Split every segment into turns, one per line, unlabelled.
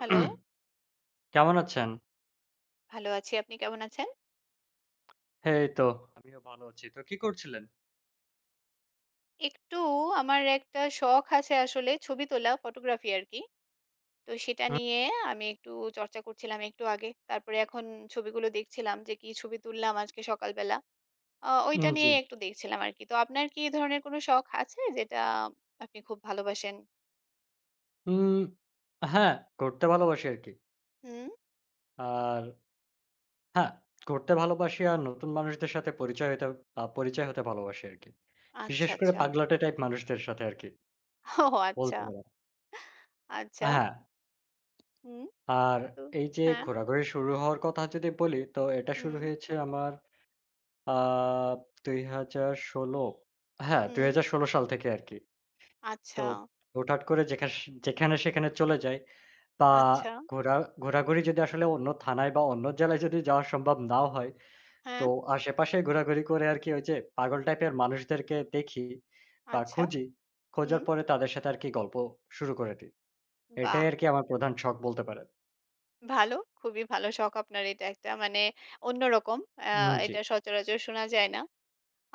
Hello,
উম, কেমন আছেন?
ভালো আছি। আপনি কেমন আছেন?
হ্যাঁ, এই তো আমিও ভালো আছি। তো কি করছিলেন?
একটু আমার একটা শখ আছে আসলে ছবি তোলা, ফটোগ্রাফি আরকি। তো সেটা
হুম।
নিয়ে আমি একটু চর্চা করছিলাম একটু আগে। তারপরে এখন ছবিগুলো দেখছিলাম যে কি ছবি তুললাম আজকে সকালবেলা।
উম
ওইটা
জি।
নিয়েই একটু দেখছিলাম আরকি। তো আপনার কি এই ধরনের কোনো শখ আছে যেটা আপনি খুব ভালোবাসেন?
উম হ্যাঁ, ঘুরতে ভালোবাসি আরকি।
হুম,
আর হ্যাঁ, ঘুরতে ভালোবাসি আর নতুন মানুষদের সাথে পরিচয় হইতে পরিচয় হতে ভালোবাসি আরকি। বিশেষ
আচ্ছা,
করে
আচ্ছা।
পাগলাটে টাইপ মানুষদের সাথে আরকি
ও,
বলতে
আচ্ছা,
পারেন।
আচ্ছা।
হ্যাঁ,
হুম,
আর
তো
এই যে
হ্যাঁ,
ঘোরাঘুরি শুরু হওয়ার কথা যদি বলি, তো এটা
হুম,
শুরু হয়েছে আমার আ ২০১৬ হ্যাঁ,
হুম,
২০১৬ সাল থেকে আরকি। তো
আচ্ছা,
হুটহাট করে যেখানে সেখানে চলে যাই বা
আচ্ছা,
ঘোরা ঘোরাঘুরি যদি আসলে অন্য থানায় বা অন্য জেলায় যদি যাওয়া সম্ভব নাও হয়, তো
হ্যাঁ,
আশেপাশে ঘোরাঘুরি করে আরকি ওই যে পাগল টাইপের মানুষদেরকে দেখি বা
আচ্ছা,
খুঁজি। খোঁজার
হুম,
পরে তাদের সাথে আরকি গল্প শুরু করে দিই।
বাহ!
এটাই আরকি আমার প্রধান শখ বলতে পারেন।
ভালো, খুবই ভালো শখ আপনার এটা একটা মানে অন্যরকম। আ
উম জি।
এটা সচরাচর শোনা যায় না।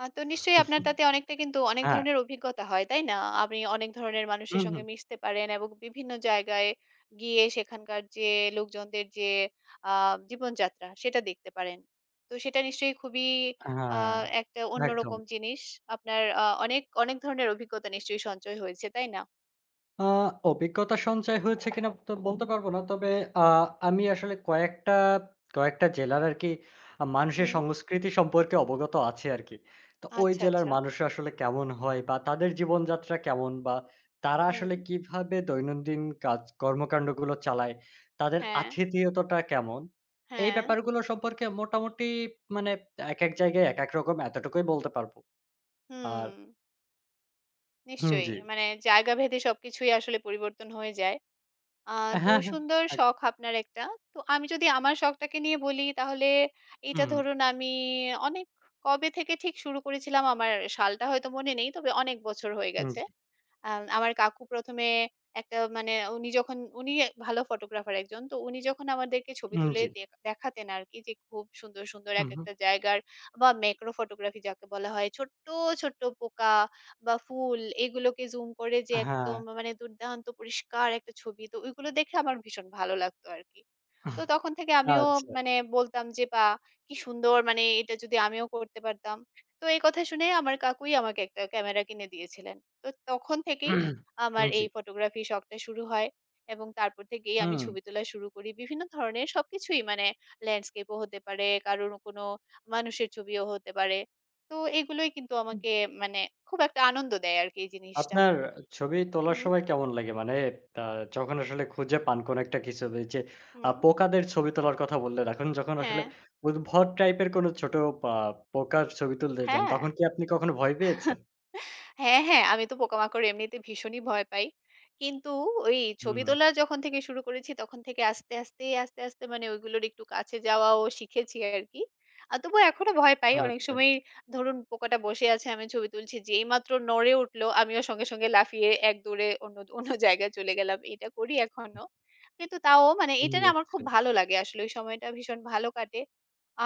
তো নিশ্চয়ই আপনার তাতে অনেকটা কিন্তু অনেক
হ্যাঁ।
ধরনের অভিজ্ঞতা হয়, তাই না? আপনি অনেক ধরনের মানুষের
হুম,
সঙ্গে
হুম।
মিশতে পারেন এবং বিভিন্ন জায়গায় গিয়ে সেখানকার যে লোকজনদের যে আ জীবনযাত্রা সেটা দেখতে পারেন। তো সেটা নিশ্চয়ই খুবই আ
হ্যাঁ,
একটা
একদম।
অন্যরকম জিনিস। আপনার অনেক, অনেক ধরনের অভিজ্ঞতা নিশ্চয়ই সঞ্চয় হয়েছে, তাই না?
আ অভিজ্ঞতা সঞ্চয় হয়েছে কিনা তো বলতে পারব না। তবে আ আমি আসলে কয়েকটা জেলার আরকি মানুষের
হুম,
সংস্কৃতি সম্পর্কে অবগত আছি আরকি। তো ওই
আচ্ছা,
জেলার
আচ্ছা।
মানুষরা আসলে কেমন হয় বা তাদের জীবনযাত্রা কেমন বা তারা
হুম,
আসলে কিভাবে দৈনন্দিন কাজ কর্মকান্ডগুলো চালায়, তাদের
হ্যাঁ,
আতিথেয়তাটা কেমন? এই
হ্যাঁ,
ব্যাপারগুলো সম্পর্কে মোটামুটি মানে একেক জায়গায় একেক রকম এতটুকুই বলতে পারব। আর
হুম।
হুম,
নিশ্চয়ই।
জি।
মানে জায়গা ভেদে সবকিছুই আসলে পরিবর্তন হয়ে যায়। আ তো
হ্যাঁ, হ্যাঁ।
সুন্দর
একদম।
শখ আপনার একটা। তো আমি যদি আমার শখটাকে নিয়ে বলি তাহলে এটা
হুম,
ধরুন আমি অনেক কবে থেকে ঠিক শুরু করেছিলাম আমার সালটা হয়তো মনে নেই। তবে অনেক বছর হয়ে
হুম,
গেছে।
জি,
আমার কাকু ১ম এ একটা মানে উনি যখন উনি ভালো ফটোগ্রাফার একজন। তো উনি যখন আমাদেরকে ছবি
হুম,
তুলে
জি।
দেখাতেন আরকি যে খুব সুন্দর, সুন্দর
হুম, হুম।
একেকটা জায়গার বা ম্যাক্রো ফটোগ্রাফি যাকে বলা হয়। ছোট্ট, ছোট্ট পোকা বা ফুল এগুলোকে জুম করে যে
হ্যাঁ,
একদম মানে দুর্দান্ত পরিষ্কার একটা ছবি। তো ওইগুলো দেখে আমার ভীষণ ভালো লাগতো আরকি। তো তখন থেকে আমিও
আচ্ছা।
মানে বলতাম যে, "বাহ! কি সুন্দর মানে এটা যদি আমিও করতে পারতাম।" তো এই কথা শুনে আমার কাকুই আমাকে একটা ক্যামেরা কিনে দিয়েছিলেন। তো তখন থেকেই আমার
জি।
এই ফটোগ্রাফি শখটা শুরু হয় এবং তারপর থেকেই আমি
হুম।
ছবি তোলা শুরু করি। বিভিন্ন ধরনের সবকিছুই মানে ল্যান্ডস্কেপও হতে পারে, কারোর কোনো মানুষের ছবিও হতে পারে। তো এগুলোই কিন্তু আমাকে মানে খুব একটা আনন্দ দেয় আরকি এই জিনিসটা।
আপনার ছবি তোলার
হুম,
সময় কেমন লাগে? মানে আ যখন আসলে খুঁজে পান কোন একটা কিছু এই যে
হুম।
পোকাদের ছবি তোলার কথা বললেন। এখন যখন আসলে
হ্যাঁ,
উদ্ভট টাইপের কোন ছোট পা পোকার ছবি তুলতে যান,
হ্যাঁ।
তখন কি আপনি কখনো ভয় পেয়েছেন?
হ্যাঁ, হ্যাঁ, আমি তো পোকামাকড় এমনিতে ভীষণই ভয় পাই। কিন্তু ওই
হুম,
ছবি তোলা যখন থেকে শুরু করেছি তখন থেকে আস্তে, আস্তে, আস্তে, আস্তে মানে ওইগুলোর একটু কাছে যাওয়াও শিখেছি আরকি। তবুও এখনো ভয় পাই। অনেক
আচ্ছা
সময় ধরুন পোকাটা বসে আছে, আমি ছবি তুলছি। যেই মাত্র নড়ে উঠলো, আমিও সঙ্গে, সঙ্গে লাফিয়ে এক দৌড়ে অন্য, অন্য জায়গায় চলে গেলাম। এটা করি এখনো। কিন্তু তাও মানে এটা না আমার খুব
বুঝছি।
ভালো লাগে আসলে। ওই সময়টা ভীষণ ভালো কাটে।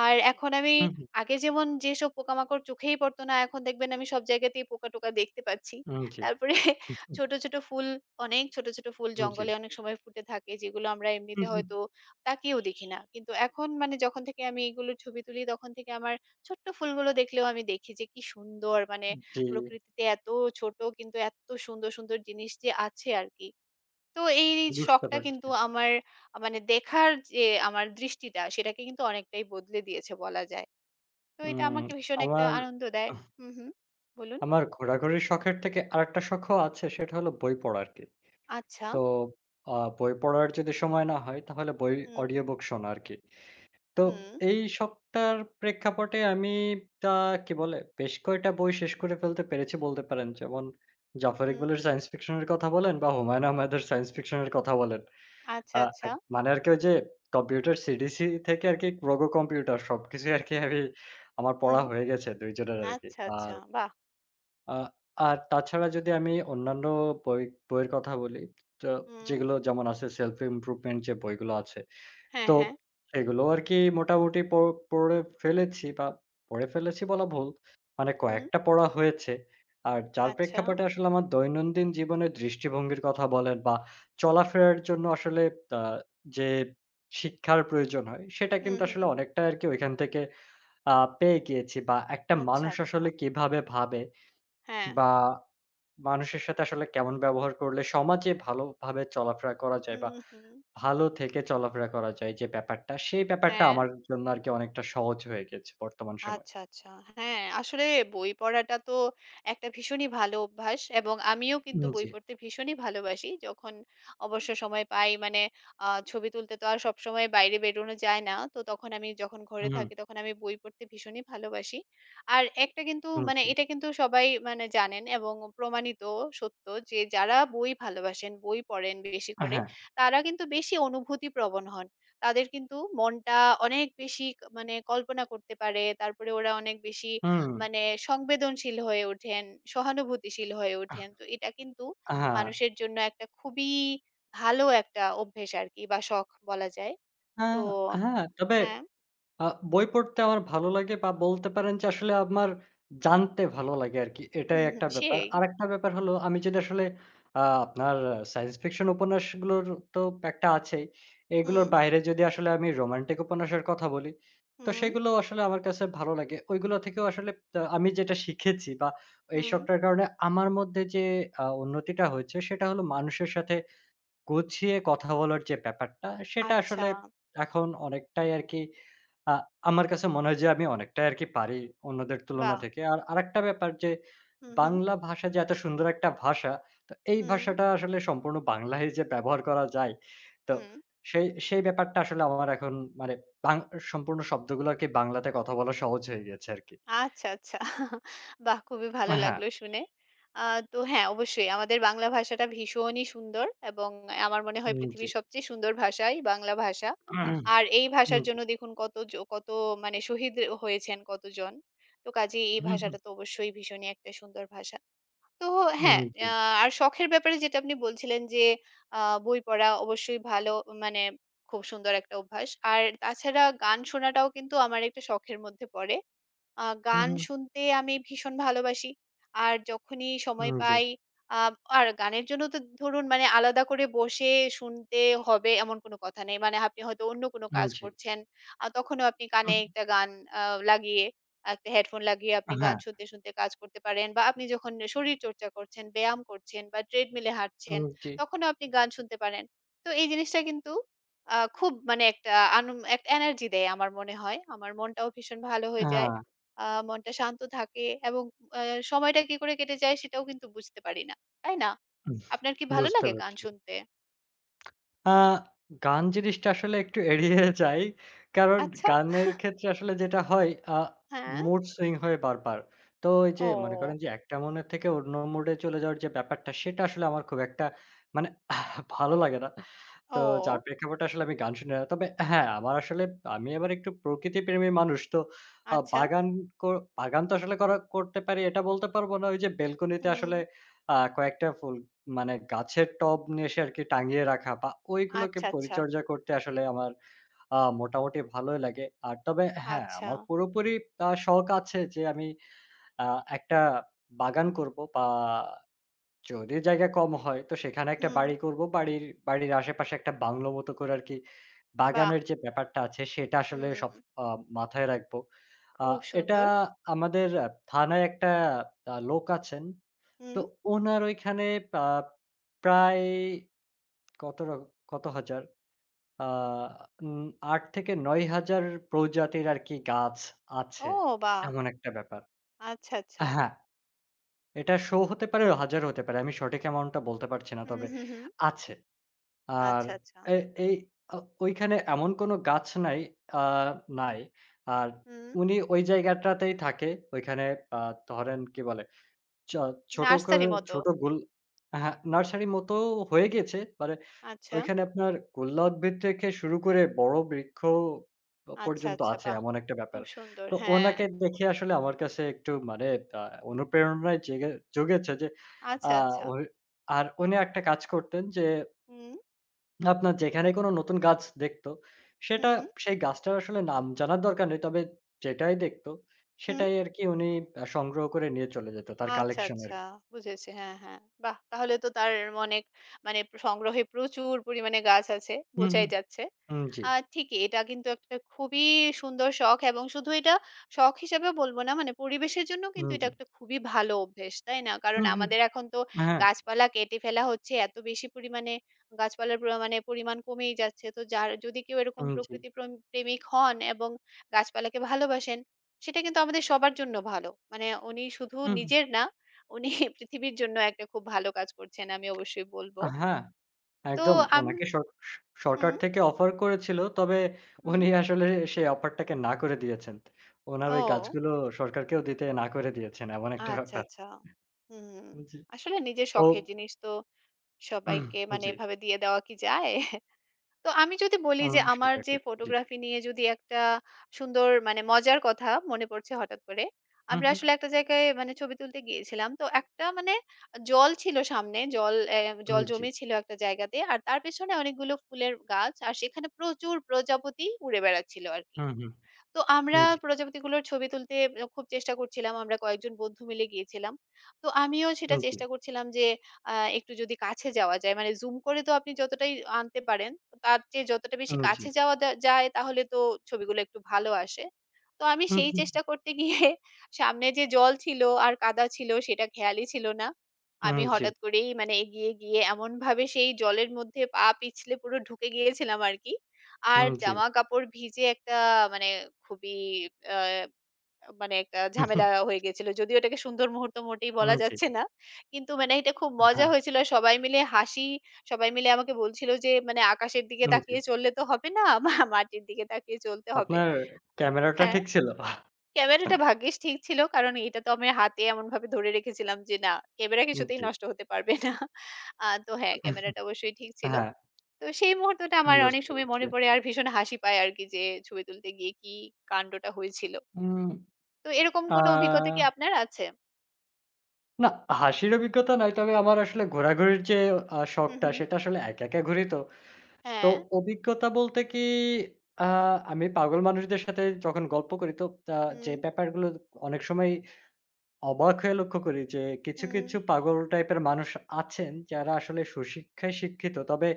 আর এখন আমি
হুম, হুম,
আগে যেমন যেসব পোকামাকড় চোখেই পড়তো না, এখন দেখবেন আমি সব জায়গাতেই পোকা-টোকা দেখতে পাচ্ছি।
জি,
তারপরে ছোট, ছোট ফুল, অনেক ছোট, ছোট ফুল
জি,
জঙ্গলে অনেক সময় ফুটে থাকে, যেগুলো আমরা
হুম,
এমনিতে
হুম,
হয়তো তাকিয়েও দেখি না। কিন্তু এখন মানে যখন থেকে আমি এগুলোর ছবি তুলি, তখন থেকে আমার ছোট্ট ফুলগুলো দেখলেও আমি দেখি যে কি সুন্দর মানে
জি,
প্রকৃতিতে এত ছোট কিন্তু এত সুন্দর, সুন্দর জিনিস যে আছে আরকি। তো এই
বুঝতে
শখটা
পারছি।
কিন্তু আমার মানে দেখার যে আমার দৃষ্টিটা, সেটাকে কিন্তু অনেকটাই বদলে দিয়েছে বলা যায়। তো এটা
উম
আমাকে ভীষণ একটা
আমার
আনন্দ দেয়। হুম, হুম। বলুন।
আমার ঘোরাঘুরির শখের থেকে আরেকটা শখও আছে সেটা হলো বই পড়া আরকি।
আচ্ছা।
তো বই পড়ার যদি সময় না হয় তাহলে বই
হুম,
অডিও বুক শোনা আরকি। তো
হুম,
এই শখটার প্রেক্ষাপটে আমি তা কি বলে বেশ কয়টা বই শেষ করে ফেলতে পেরেছি বলতে পারেন। যেমন জাফর
হুম।
ইকবালের সায়েন্স ফিকশন এর কথা বলেন বা হুমায়ুন আহমেদের সায়েন্স ফিকশন এর কথা বলেন।
আচ্ছা,
আ
আচ্ছা।
এক মানে আরকি ওই যে কম্পিউটার সিডিসি থেকে আরকি রোগো কম্পিউটার সবকিছুই আরকি আমার পড়া
হুম।
হয়ে গেছে ২ জনের আরকি।
আচ্ছা,
আ
আচ্ছা। বাহ!
আ আর তাছাড়া যদি আমি অন্যান্য বই বইয়ের কথা বলি, তো
হুম।
যেগুলো যেমন আছে self improvement যে বইগুলো আছে,
হ্যাঁ,
তো
হ্যাঁ।
সেগুলো আরকি মোটামুটি পড়ে ফেলেছি বা পড়ে ফেলেছি বলা ভুল। মানে
হুম।
কয়েকটা পড়া হয়েছে। আর যার
আচ্ছা।
প্রেক্ষাপটে আসলে আমার দৈনন্দিন জীবনের দৃষ্টিভঙ্গির কথা বলেন বা চলাফেরার জন্য আসলে আ যে শিক্ষার প্রয়োজন হয়, সেটা
হুম,
কিন্তু
হুম।
আসলে অনেকটাই আরকি ওইখান থেকে আ পেয়ে গিয়েছি বা একটা
আচ্ছা,
মানুষ
আচ্ছা।
আসলে কিভাবে ভাবে
হ্যাঁ।
বা মানুষের সাথে আসলে কেমন ব্যবহার করলে সমাজে ভালোভাবে চলাফেরা করা যায়
হুম,
বা
হুম।
ভালো থেকে চলাফেরা করা যায় যে ব্যাপারটা, সেই ব্যাপারটা
হ্যাঁ।
আমার জন্য আরকি অনেকটা সহজ হয়ে গেছে বর্তমান সময়ে।
আচ্ছা, আচ্ছা। হ্যাঁ, আসলে বই পড়াটা তো একটা ভীষণই ভালো অভ্যাস এবং আমিও
উম
কিন্তু বই
জি।
পড়তে ভীষণই ভালোবাসি। যখন অবসর সময় পাই মানে ছবি তুলতে তো আর সবসময় বাইরে বেরোনো যায় না। তো তখন আমি যখন ঘরে
হুম,
থাকি তখন আমি বই পড়তে ভীষণই ভালোবাসি। আর একটা কিন্তু
হুম,
মানে
জি।
এটা কিন্তু সবাই মানে জানেন এবং প্রমাণিত সত্য যে যারা বই ভালোবাসেন, বই পড়েন বেশি করে
হ্যাঁ।
তারা কিন্তু বেশি অনুভূতিপ্রবণ হন। তাদের কিন্তু মনটা অনেক বেশি মানে কল্পনা করতে পারে। তারপরে ওরা অনেক বেশি
হুম।
মানে সংবেদনশীল হয়ে ওঠেন, সহানুভূতিশীল হয়ে
আহ
ওঠেন। তো এটা কিন্তু
হ্যাঁ।
মানুষের জন্য একটা খুবই ভালো একটা অভ্যেস আরকি বা শখ বলা যায়।
আ
তো
হ্যাঁ, তবে
হ্যাঁ,
আ বই পড়তে আমার ভালো লাগে বা বলতে পারেন যে আসলে আমার জানতে ভালো লাগে আরকি। এটাই
হুম, হুম,
একটা ব্যাপার।
সেই।
আরেকটা ব্যাপার হলো আমি যদি আসলে আপনার সায়েন্স ফিকশন উপন্যাসগুলোর তো একটা আছেই।
হুম,
এগুলোর বাইরে যদি আসলে আমি রোমান্টিক উপন্যাসের কথা বলি, তো
হুম,
সেগুলো আসলে আমার কাছে ভালো লাগে। ওইগুলো থেকেও আসলে আমি যেটা শিখেছি বা এই
হুম।
শখটার কারণে আমার মধ্যে যে উন্নতিটা হয়েছে সেটা হলো মানুষের সাথে গুছিয়ে কথা বলার যে ব্যাপারটা সেটা আসলে
আচ্ছা,
এখন অনেকটাই আরকি আ আমার কাছে মনে হয় যে আমি অনেকটাই আরকি পারি অন্যদের তুলনা
বাহ!
থেকে। আর আরেকটা ব্যাপার যে
হুম, হুম,
বাংলা ভাষা যে এত সুন্দর একটা ভাষা, তো এই
হুম,
ভাষাটা আসলে সম্পূর্ণ বাংলায় যে ব্যবহার করা যায়, তো
হুম।
সেই সেই ব্যাপারটা আসলে আমার এখন মানে বাং সম্পূর্ণ শব্দগুলোকে বাংলাতে কথা বলা সহজ হয়ে গেছে আরকি।
আচ্ছা, আচ্ছা। বাহ! খুবই ভালো
হ্যাঁ,
লাগলো শুনে। আ তো হ্যাঁ, অবশ্যই আমাদের বাংলা ভাষাটা ভীষণই সুন্দর এবং আমার মনে হয়
উম জি।
পৃথিবীর সবচেয়ে সুন্দর ভাষাই বাংলা ভাষা। আর এই
উম
ভাষার
জি।
জন্য দেখুন কত মানে শহীদ হয়েছেন কতজন। তো কাজেই এই
হুম, হুম।
ভাষাটা তো অবশ্যই ভীষণই একটা সুন্দর ভাষা। তো
উম
হ্যাঁ,
জি।
আ আর শখের ব্যাপারে যেটা আপনি বলছিলেন যে আ বই পড়া অবশ্যই ভালো মানে খুব সুন্দর একটা অভ্যাস। আর তাছাড়া গান শোনাটাও কিন্তু আমার একটা শখের মধ্যে পড়ে।
হুম,
গান
হুম।
শুনতে আমি ভীষণ ভালোবাসি। আর যখনই সময়
উম জি।
পাই আ আর গানের জন্য তো ধরুন মানে আলাদা করে বসে শুনতে হবে এমন কোনো কথা নেই। মানে আপনি হয়তো অন্য কোনো
উম
কাজ
জি।
করছেন। তখনও আপনি কানে
হুম।
একটা গান আ লাগিয়ে, একটা হেডফোন লাগিয়ে আপনি
হ্যাঁ।
গান শুনতে, শুনতে কাজ করতে পারেন বা আপনি যখন শরীরচর্চা করছেন, ব্যায়াম করছেন বা ট্রেডমিলে
উম
হাঁটছেন,
জি।
তখনও আপনি গান শুনতে পারেন। তো এই জিনিসটা কিন্তু খুব মানে একটা একটা এনার্জি দেয় আমার মনে হয়। আমার মনটাও ভীষণ ভালো হয়ে যায়।
হ্যাঁ।
আ মনটা শান্ত থাকে এবং আ সময়টা কি করে কেটে যায় সেটাও কিন্তু বুঝতে পারি না। তাই না? আপনার কি ভালো
বুঝতে
লাগে গান
পারছি।
শুনতে?
আ গান জিনিসটা আসলে একটু এড়িয়ে যাই। কারণ
আচ্ছা,
গানের ক্ষেত্রে আসলে যেটা হয়
হ্যাঁ।
মুড সুইং হয় বারবার। তো ওই যে মনে করেন
ও,
যে একটা মনের থেকে অন্য মুডে চলে যাওয়ার যে ব্যাপারটা সেটা আসলে আমার খুব একটা মানে আহ, ভালো লাগে না। তো যার
ও
প্রেক্ষাপটে আসলে আমি গান শুনি না। তবে হ্যাঁ, আমার আসলে আমি আবার একটু প্রকৃতিপ্রেমী মানুষ। তো আ
আচ্ছা।
বাগান ক বাগান তো আসলে করা করতে পারি এটা বলতে পারব না। ওই যে বেলকনিতে
হুম।
আসলে কয়েকটা ফুল মানে গাছের টব নিয়ে এসে আরকি টাঙিয়ে রাখা বা ওইগুলোকে
আচ্ছা, আচ্ছা,
পরিচর্যা করতে আসলে আমার মোটামুটি ভালোই লাগে। আর তবে হ্যাঁ,
আচ্ছা।
আমার পুরোপুরি শখ আছে যে আমি আ একটা বাগান করব বা যদি জায়গা কম হয় তো সেখানে একটা
হুম।
বাড়ি করব। বাড়ির বাড়ির আশেপাশে একটা বাংলো মতো করে আরকি
বাহ!
বাগানের যে ব্যাপারটা আছে সেটা আসলে সব
হুম।
আ মাথায় রাখবো। আ
খুব
এটা
সুন্দর।
আমাদের আহ, থানায় একটা লোক আছেন। তো
হুম।
উনার ওইখানে আ প্রায় কত র কত হাজার? আ উম ৮,০০০-৯,০০০ প্রজাতির আরকি গাছ আছে।
ও, বাহ!
এমন একটা ব্যাপার।
আচ্ছা, আচ্ছা।
হ্যাঁ, এটা শো হতে পারে, হাজার হতে পারে। আমি সঠিক অ্যামাউন্টটা বলতে পারছি না।
হুম,
তবে
হুম, হুম।
আছে। আর
আচ্ছা, আচ্ছা।
এ এই আ ওইখানে এমন কোনো গাছ নাই আ নাই। আর
হুম।
উনি ওই জায়গাটাতেই থাকে। ওইখানে আ ধরেন কি বলে? চ ছোট করে
নার্সারি মতো।
ছোট গুল হ্যাঁ, নার্সারি মতো হয়ে গেছে। মানে
আচ্ছা,
ওইখানে আপনার গোল্লা উদ্ভিদ থেকে শুরু করে বড় বৃক্ষ
আচ্ছা,
পর্যন্ত
আচ্ছা।
আছে
বাহ!
এমন একটা ব্যাপার।
খুব সুন্দর।
তো
হ্যাঁ।
ওনাকে দেখে আসলে আমার কাছে একটু মানে আ অনুপ্রেরণায় জুগেছে যে আ
আচ্ছা, আচ্ছা।
ওই আর উনি একটা কাজ করতেন যে
হুম,
আপনার যেখানে কোনো নতুন গাছ দেখতো, সেটা
হুম,
সেই গাছটার আসলে নাম জানার দরকার নেই। তবে যেটাই দেখতো,
হুম।
সেটাই আরকি উনি সংগ্রহ করে নিয়ে চলে যেত তার
আচ্ছা,
কালেকশন
আচ্ছা,
আরকি।
বুঝেছি। হ্যাঁ, হ্যাঁ। বাহ! তাহলে তো তার অনেক মানে সংগ্রহে প্রচুর পরিমাণে গাছ আছে
হুম, হুম।
বোঝাই যাচ্ছে।
হুম, জি,
আ ঠিকই। এটা কিন্তু একটা খুবই সুন্দর শখ এবং শুধু এটা শখ হিসেবে বলব না মানে পরিবেশের জন্য কিন্তু
হুম,
এটা
জি।
একটা খুবই ভালো অভ্যেস, তাই না? কারণ
হুম, হুম।
আমাদের এখন তো
হ্যাঁ,
গাছপালা কেটে ফেলা হচ্ছে এত বেশি পরিমাণে গাছপালার মানে পরিমাণ কমেই যাচ্ছে। তো যার যদি কেউ এরকম
হুম, জি।
প্রকৃতি প্রেমিক হন এবং গাছপালাকে ভালোবাসেন, সেটা কিন্তু আমাদের সবার জন্য ভালো। মানে উনি শুধু
হুম, হুম।
নিজের না, উনি পৃথিবীর জন্য একটা খুব ভালো কাজ করছেন আমি অবশ্যই বলব।
হ্যাঁ,
তো
একদম।
আম
উনাকে সর স সরকার
হুম,
থেকে অফার করেছিল। তবে
হুম।
উনি আসলে সেই অফারটাকে না করে দিয়েছেন। উনার ওই
ও।
গাছগুলো সরকারকেও দিতে না করে দিয়েছেন। এমন একটা
আচ্ছা,
ব্যাপার।
আচ্ছা। হুম,
জি।
আসলে নিজের
তো
শখের জিনিস তো
উম,
সবাইকে মানে
জি।
এভাবে দিয়ে দেওয়া কি যায়? তো আমি যদি বলি
আ
যে আমার
সেটা
যে
আরকি। জি।
ফটোগ্রাফি নিয়ে যদি একটা সুন্দর মানে মজার কথা মনে পড়ছে হঠাৎ করে।
হুম,
আমরা
হুম।
আসলে একটা জায়গায় মানে ছবি তুলতে গিয়েছিলাম। তো একটা মানে জল ছিল সামনে,
উম
জল
জি।
জমেছিল একটা জায়গাতে। আর তার পেছনে অনেকগুলো ফুলের গাছ। আর সেখানে প্রচুর প্রজাপতি উড়ে বেড়াচ্ছিল আরকি।
হুম, হুম।
তো আমরা
উম জি,
প্রজাপতিগুলোর ছবি তুলতে খুব চেষ্টা করছিলাম। আমরা কয়েকজন বন্ধু মিলে গিয়েছিলাম। তো আমিও সেটা
উম জি,
চেষ্টা করছিলাম যে আ একটু যদি কাছে যাওয়া যায়, মানে জুম করে তো আপনি যতটাই আনতে পারেন, তার চেয়ে যতটা বেশি
উম জি।
কাছে যাওয়া যায় তাহলে তো ছবিগুলো একটু ভালো আসে। তো আমি
হুম,
সেই
হুম,
চেষ্টা করতে গিয়ে সামনে যে জল ছিল আর কাদা ছিল সেটা খেয়ালই ছিল না।
উম
আমি
জি,
হঠাৎ করেই মানে এগিয়ে গিয়ে এমনভাবে সেই জলের মধ্যে পা পিছলে পুরো ঢুকে গিয়েছিলাম আরকি। আর
উম জি,
জামা-কাপড় ভিজে একটা মানে খুবই আ মানে একটা
হুম, হুম,
ঝামেলা হয়ে গিয়েছিল। যদিও এটাকে সুন্দর মুহূর্ত মোটেই
উম
বলা
জি।
যাচ্ছে না। কিন্তু মানে এটা খুব মজা
হ্যাঁ,
হয়েছিল। আর সবাই মিলে হাসি, সবাই মিলে আমাকে বলছিল যে মানে আকাশের দিকে
উম জি।
তাকিয়ে চললে তো হবে না, মাটির দিকে তাকিয়ে চলতে হবে।
আপনার ক্যামেরাটা
হ্যাঁ,
ঠিক ছিল?
ক্যামেরাটা ভাগ্যিস ঠিক ছিল। কারণ এটা তো আমি হাতে এমনভাবে ধরে রেখেছিলাম যে না ক্যামেরা
উম
কিছুতেই
জি,
নষ্ট হতে পারবে না। তো হ্যাঁ, ক্যামেরাটা অবশ্যই ঠিক ছিল।
হ্যাঁ,
তো সেই মুহূর্তটা আমার অনেক
বুঝতে
সময়
পারছি।
মনে পড়ে আর ভীষণ হাসি পায় আরকি যে ছবি তুলতে গিয়ে কি কান্ডটা হয়েছিল।
উম
তো এরকম কোনো অভিজ্ঞতা কি
আ
আপনার আছে?
না, হাসির অভিজ্ঞতা নয়। তবে আমার আসলে ঘোরাঘুরির যে
হু,
শখটা
হু।
সেটা আসলে একা, একা ঘুরি তো। তো
হ্যাঁ।
অভিজ্ঞতা বলতে কি আ আমি পাগল মানুষদের সাথে যখন গল্প করি তো আ যে
হুম,
ব্যাপারগুলো অনেক সময় অবাক হয়ে লক্ষ্য করি যে কিছু,
হুম,
কিছু পাগল টাইপের মানুষ আছেন যারা আসলে সুশিক্ষায় শিক্ষিত। তবে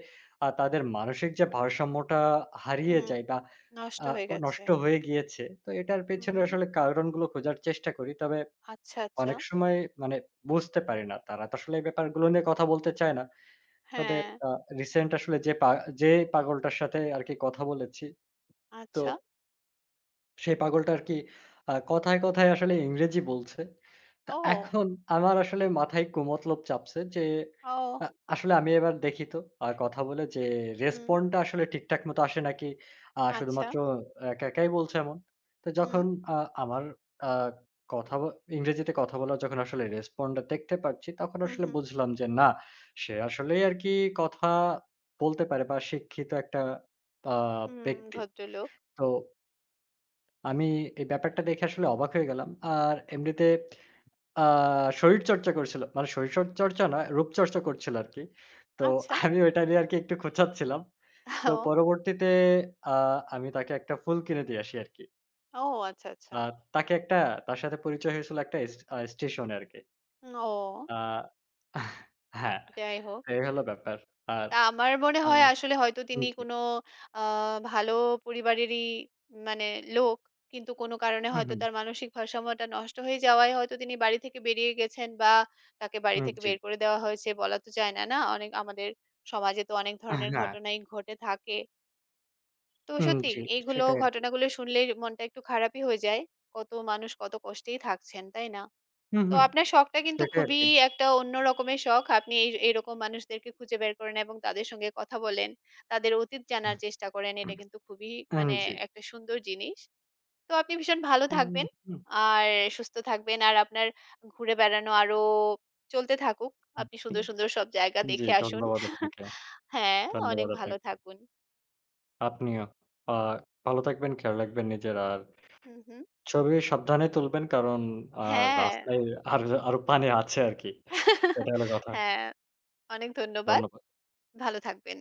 তাদের মানসিক যে ভারসাম্যটা হারিয়ে
হুম।
যায় বা
নষ্ট
আ
হয়ে গেছে।
নষ্ট হয়ে গিয়েছে। তো এটার পেছনে
হুম।
আসলে কারণগুলো খোঁজার চেষ্টা করি। তবে
আচ্ছা, আচ্ছা।
অনেক সময় মানে বুঝতে পারি না। তারা তো আসলে এই ব্যাপারগুলো নিয়ে কথা বলতে চায় না। তবে
হ্যাঁ।
আ রিসেন্ট আসলে যে পাগলটার সাথে আরকি কথা বলেছি তো
আচ্ছা।
সেই পাগলটা আরকি কথায়, কথায় আসলে ইংরেজি বলছে। তা
ও!
এখন আমার আসলে মাথায় কুমতলব চাপছে যে
ও!
আ আসলে আমি এবার দেখি তো কথা বলে যে
হুম।
রেসপন্ড টা আসলে ঠিকঠাক মতো আসে নাকি
আচ্ছা।
শুধুমাত্র একা একাই বলছে এমন। তো
হুম,
যখন আ আমার আ কথা ব ইংরেজিতে কথা বলার যখন আসলে রেসপন্ড টা দেখতে পারছি তখন
হুম,
আসলে
হুম,
বুঝলাম যে না, সে আসলেই আরকি কথা বলতে পারে বা শিক্ষিত একটা আ
হুম।
ব্যক্তি।
ভদ্রলোক।
তো আমি এই ব্যাপারটা দেখে আসলে অবাক হয়ে গেলাম। আর এমনিতে আ শরীরচর্চা করছিল। মানে শরীরচর্চা নয়, রূপচর্চা করছিল আরকি। তো
আচ্ছা।
আমি ওইটা নিয়ে আরকি একটু খোঁচাচ্ছিলাম। তো
ও!
পরবর্তীতে আ আমি তাকে একটা ফুল কিনে দিয়ে আসি আরকি।
ও, আচ্ছা, আচ্ছা।
আ তাকে একটা তার সাথে পরিচয় হয়েছিল একটা এস আ স্টেশনে আরকি।
ও!
আ হ্যাঁ,
যাই হোক।
এই হলো ব্যাপার। আর
তা আমার মনে
আম
হয় আসলে হয়তো তিনি
জি।
কোনো আ ভালো পরিবারেরই মানে লোক। কিন্তু কোনো কারণে
হু, হু,
হয়তো তার মানসিক ভারসাম্যটা নষ্ট হয়ে যাওয়ায় হয়তো তিনি বাড়ি থেকে বেরিয়ে গেছেন বা তাকে বাড়ি
হুম,
থেকে
জি।
বের করে দেওয়া হয়েছে বলা তো যায় না, না? অনেক আমাদের সমাজে তো অনেক ধরনের
হ্যাঁ,
ঘটনাই ঘটে থাকে। তো
উম
সত্যি
জি,
এইগুলো
সেটাই আরকি।
ঘটনাগুলো শুনলেই মনটা একটু খারাপই হয়ে যায়। কত মানুষ কত কষ্টেই থাকছেন, তাই না?
হু,
তো
হু,
আপনার শখটা কিন্তু
সেটাই
খুবই
আরকি।
একটা অন্য রকমের শখ। আপনি এই এরকম মানুষদেরকে খুঁজে বের করেন এবং তাদের সঙ্গে কথা বলেন। তাদের অতীত জানার চেষ্টা করেন। এটা কিন্তু খুবই
উম
মানে
জি।
একটা সুন্দর জিনিস। তো আপনি ভীষণ ভালো
হুম,
থাকবেন
হুম,
আর সুস্থ থাকবেন। আর আপনার ঘুরে বেড়ানো আরো চলতে থাকুক। আপনি
হুম।
সুন্দর, সুন্দর সব জায়গা
জি,
দেখে আসুন।
ধন্যবাদ আপনাকে।
হ্যাঁ, অনেক
ধন্যবাদ
ভালো
আপনাকে।
থাকুন।
আপনিও। আ ভালো থাকবেন, খেয়াল রাখবেন নিজের। আর
হুম, হুম।
ছবি সাবধানে তুলবেন কারণ আ
হ্যাঁ,
রাস্তায় আর আরো পানি আছে আরকি। তো এটা হলো কথা।
হ্যাঁ, অনেক ধন্যবাদ।
ধন্যবাদ।
ভালো থাকবেন।